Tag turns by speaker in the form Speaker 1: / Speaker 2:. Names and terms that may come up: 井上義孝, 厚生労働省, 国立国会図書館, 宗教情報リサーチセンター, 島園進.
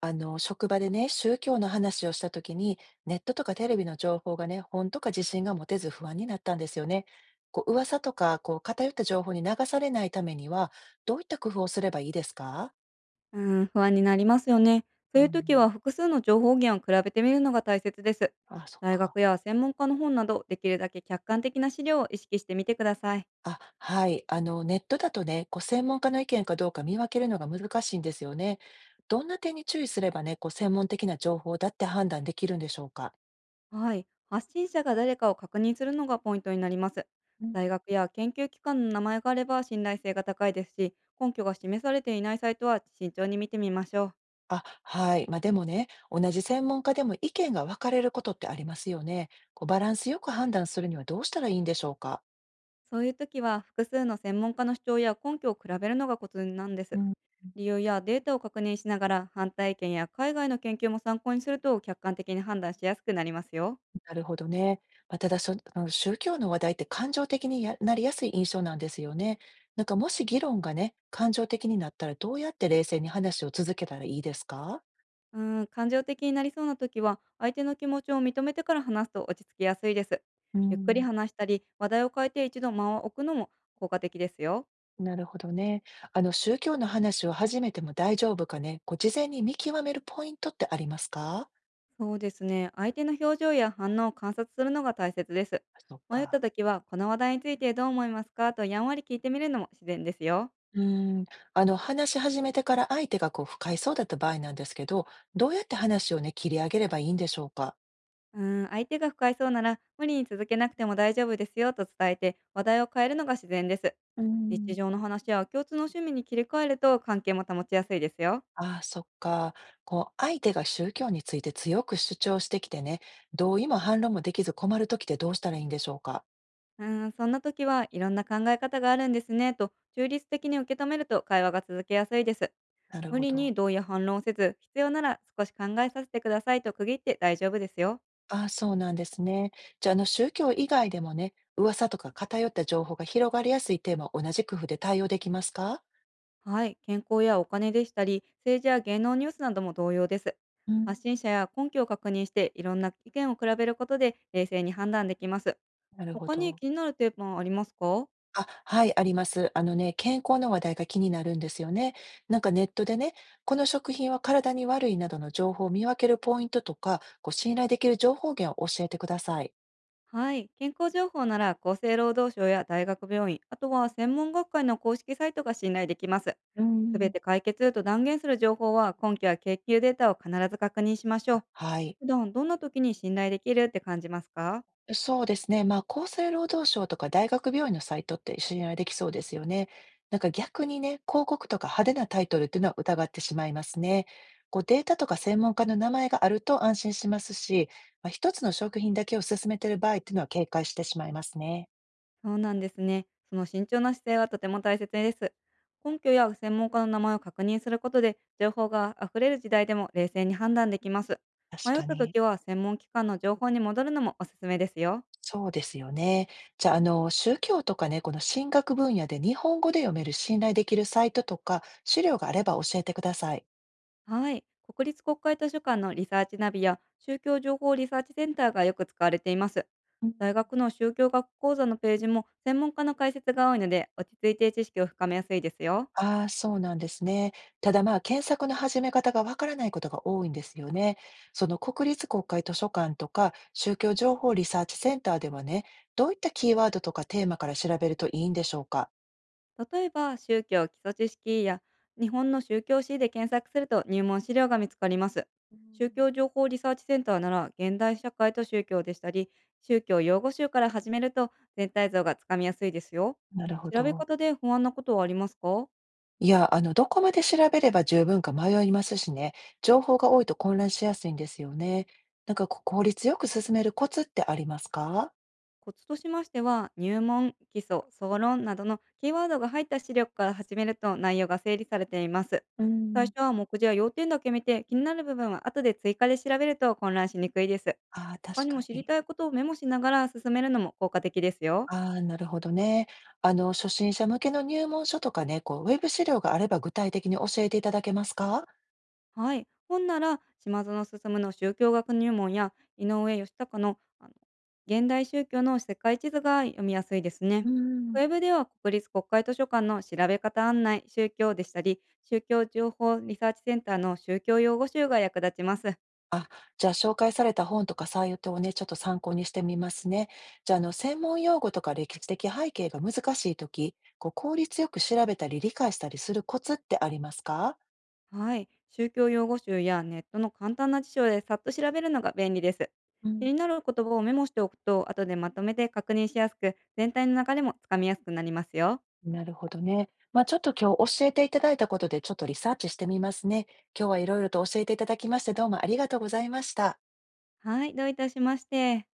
Speaker 1: 職場でね、宗教の話をしたときに、ネットとかテレビの情報がね、本とか自信が持てず不安になったんですよね。噂とか、偏った情報に流されないためには、どういった工夫をすればいいですか？
Speaker 2: うーん、不安になりますよね。
Speaker 1: う
Speaker 2: そういう時
Speaker 1: ん。
Speaker 2: は複数の情報源を比べてみるのが大切です。
Speaker 1: あ、そっ
Speaker 2: 大
Speaker 1: か。
Speaker 2: 学や専門家の本など、できるだけ客観的な資料を意識してみてください。
Speaker 1: あ、はい。ネットだとね、専門家の意見かどうか見分けるのが難しいんですよね。どんな点に注意すればね、専門的な情報だって判断できるんでしょうか？
Speaker 2: はい。発信者が誰かを確認するのがポイントになります。
Speaker 1: うん。
Speaker 2: 大学や研究機関の名前があれば信頼性が高いですし、根拠が示されていないサイトは慎重に見てみましょう。
Speaker 1: あ、はい。まあ、でもね、同じ専門家でも意見が分かれることってありますよね。こうバランスよく判断するにはどうしたらいいんでしょうか。
Speaker 2: そういう時は複数の専門家の主張や根拠を比べるのがコツなんで
Speaker 1: う
Speaker 2: す。
Speaker 1: ん。
Speaker 2: 理由やデータを確認しながら反対意見や海外の研究も参考にすると客観的に判断しやすくなりますよ。
Speaker 1: なるほどね。まあ、ただそ、あの宗教の話題って感情的にやなりやすい印象なんですよね。なんかもし議論がね、感情的になったらどうやって冷静に話を続けたらいいですか？
Speaker 2: うーん、感情的になりそうな時は相手の気持ちを認めてから話すと落ち着きやすいです。
Speaker 1: う
Speaker 2: ゆっくり
Speaker 1: ん。
Speaker 2: 話したり話題を変えて一度間を置くのも効果的ですよ。
Speaker 1: なるほどね。あの宗教の話を始めても大丈夫かね。こう事前に見極めるポイントってありますか？
Speaker 2: そうですね。相手の表情や反応を観察するのが大切です。
Speaker 1: あ、そっ
Speaker 2: 迷った
Speaker 1: か。
Speaker 2: 時は、この話題についてどう思いますかとやんわり聞いてみるのも自然ですよ。
Speaker 1: うーん、話し始めてから相手がこう不快そうだった場合なんですけど、どうやって話をね、切り上げればいいんでしょうか？
Speaker 2: うーん、相手が不快そうなら、無理に続けなくても大丈夫ですよと伝えて話題を変えるのが自然です。
Speaker 1: うー
Speaker 2: 日
Speaker 1: ん。
Speaker 2: 常の話や共通の趣味に切り替えると関係も保ちやすいですよ。
Speaker 1: ああ、そっか。こう、相手が宗教について強く主張してきてね、同意も反論もできず困るときってどうしたらいいんでしょうか？
Speaker 2: うーん、そんな時は、いろんな考え方があるんですねと中立的に受け止めると会話が続けやすいです。
Speaker 1: なる
Speaker 2: 無
Speaker 1: ほ
Speaker 2: 理に
Speaker 1: ど。
Speaker 2: 同意や反論をせず、必要なら少し考えさせてくださいと区切って大丈夫ですよ。
Speaker 1: ああ、そうなんですね。じゃあ、宗教以外でもね、噂とか偏った情報が広がりやすいテーマを同じ工夫で対応できますか？
Speaker 2: はい、健康やお金でしたり、政治や芸能ニュースなども同様です。
Speaker 1: うん。
Speaker 2: 発信者や根拠を確認して、いろんな意見を比べることで冷静に判断できます。
Speaker 1: なるほ
Speaker 2: 他に
Speaker 1: ど。
Speaker 2: 気になるテーマはありますか？
Speaker 1: あ、はい、あります。あのね、健康の話題が気になるんですよね。なんかネットでね、この食品は体に悪いなどの情報を見分けるポイントとか、こう信頼できる情報源を教えてください。
Speaker 2: はい、健康情報なら厚生労働省や大学病院、あとは専門学会の公式サイトが信頼できます。
Speaker 1: う
Speaker 2: すべ
Speaker 1: ん。
Speaker 2: て解決と断言する情報は、根拠や研究データを必ず確認しましょう。
Speaker 1: あ、はい。
Speaker 2: 普段どんな時に信頼できるって感じますか？
Speaker 1: そうですね。まあ、厚生労働省とか大学病院のサイトって信頼できそうですよね。なんか逆にね、広告とか派手なタイトルっていうのは疑ってしまいますね。こうデータとか専門家の名前があると安心しますし、まあ、一つの食品だけを勧めてる場合っていうのは警戒してしまいますね。
Speaker 2: そうなんですね。その慎重な姿勢はとても大切です。根拠や専門家の名前を確認することで、情報が溢れる時代でも冷静に判断できます。
Speaker 1: 確
Speaker 2: 迷っ
Speaker 1: か
Speaker 2: た
Speaker 1: に。
Speaker 2: 時は専門機関の情報に戻るのもおすすめですよ。
Speaker 1: そうですよね。じゃあ、宗教とかね、この神学分野で日本語で読める信頼できるサイトとか資料があれば教えてください。
Speaker 2: はい。国立国会図書館のリサーチナビや宗教情報リサーチセンターがよく使われています。大学の宗教学講座のページも専門家の解説が多いので、落ち着いて知識を深めやすいですよ。
Speaker 1: ああ、そうなんですね。ただまあ、検索の始め方がわからないことが多いんですよね。その国立国会図書館とか宗教情報リサーチセンターではね、どういったキーワードとかテーマから調べるといいんでしょうか。
Speaker 2: 例えば、宗教基礎知識や日本の宗教史で検索すると入門資料が見つかります。
Speaker 1: う
Speaker 2: 宗
Speaker 1: ん、
Speaker 2: 教情報リサーチセンターなら、現代社会と宗教でしたり、宗教用語集から始めると全体像がつかみやすいですよ。
Speaker 1: なるほ
Speaker 2: 調べ
Speaker 1: ど。
Speaker 2: 方で不安なことはありますか？
Speaker 1: いや、どこまで調べれば十分か迷いますしね、情報が多いと混乱しやすいんですよね。なんかこう効率よく進めるコツってありますか？
Speaker 2: コツとしましては、入門、基礎、総論などのキーワードが入った資料から始めると内容が整理されています。
Speaker 1: う
Speaker 2: 最
Speaker 1: ん。
Speaker 2: 初は目次や要点だけ見て、気になる部分は後で追加で調べると混乱しにくいです。
Speaker 1: ああ
Speaker 2: 他
Speaker 1: 確
Speaker 2: にも
Speaker 1: か
Speaker 2: 知り
Speaker 1: に。
Speaker 2: たいことをメモしながら進めるのも効果的ですよ。
Speaker 1: ああ、なるほどね。初心者向けの入門書とかね、こう、ウェブ資料があれば具体的に教えていただけますか？
Speaker 2: はい。本なら、島園進の宗教学入門や、井上義孝の現代宗教の世界地図が読みやすいです
Speaker 1: う
Speaker 2: ね。
Speaker 1: ん。
Speaker 2: ウェブでは、国立国会図書館の調べ方案内、宗教でしたり、宗教情報リサーチセンターの宗教用語集が役立ちます。
Speaker 1: あ、じゃあ紹介された本とかサイトをね、ちょっと参考にしてみますね。じゃあ、専門用語とか歴史的背景が難しいとき、こう、効率よく調べたり理解したりするコツってありますか？
Speaker 2: はい。宗教用語集やネットの簡単な辞書でさっと調べるのが便利です。
Speaker 1: う
Speaker 2: 気
Speaker 1: ん。
Speaker 2: になる言葉をメモしておくと、後でまとめて確認しやすく、全体の流れもつかみやすくなりますよ。
Speaker 1: なるほどね。まあ、ちょっと今日教えていただいたことで、ちょっとリサーチしてみますね。今日はいろいろと教えていただきまして、どうもありがとうございました。
Speaker 2: はい。どういたしまして。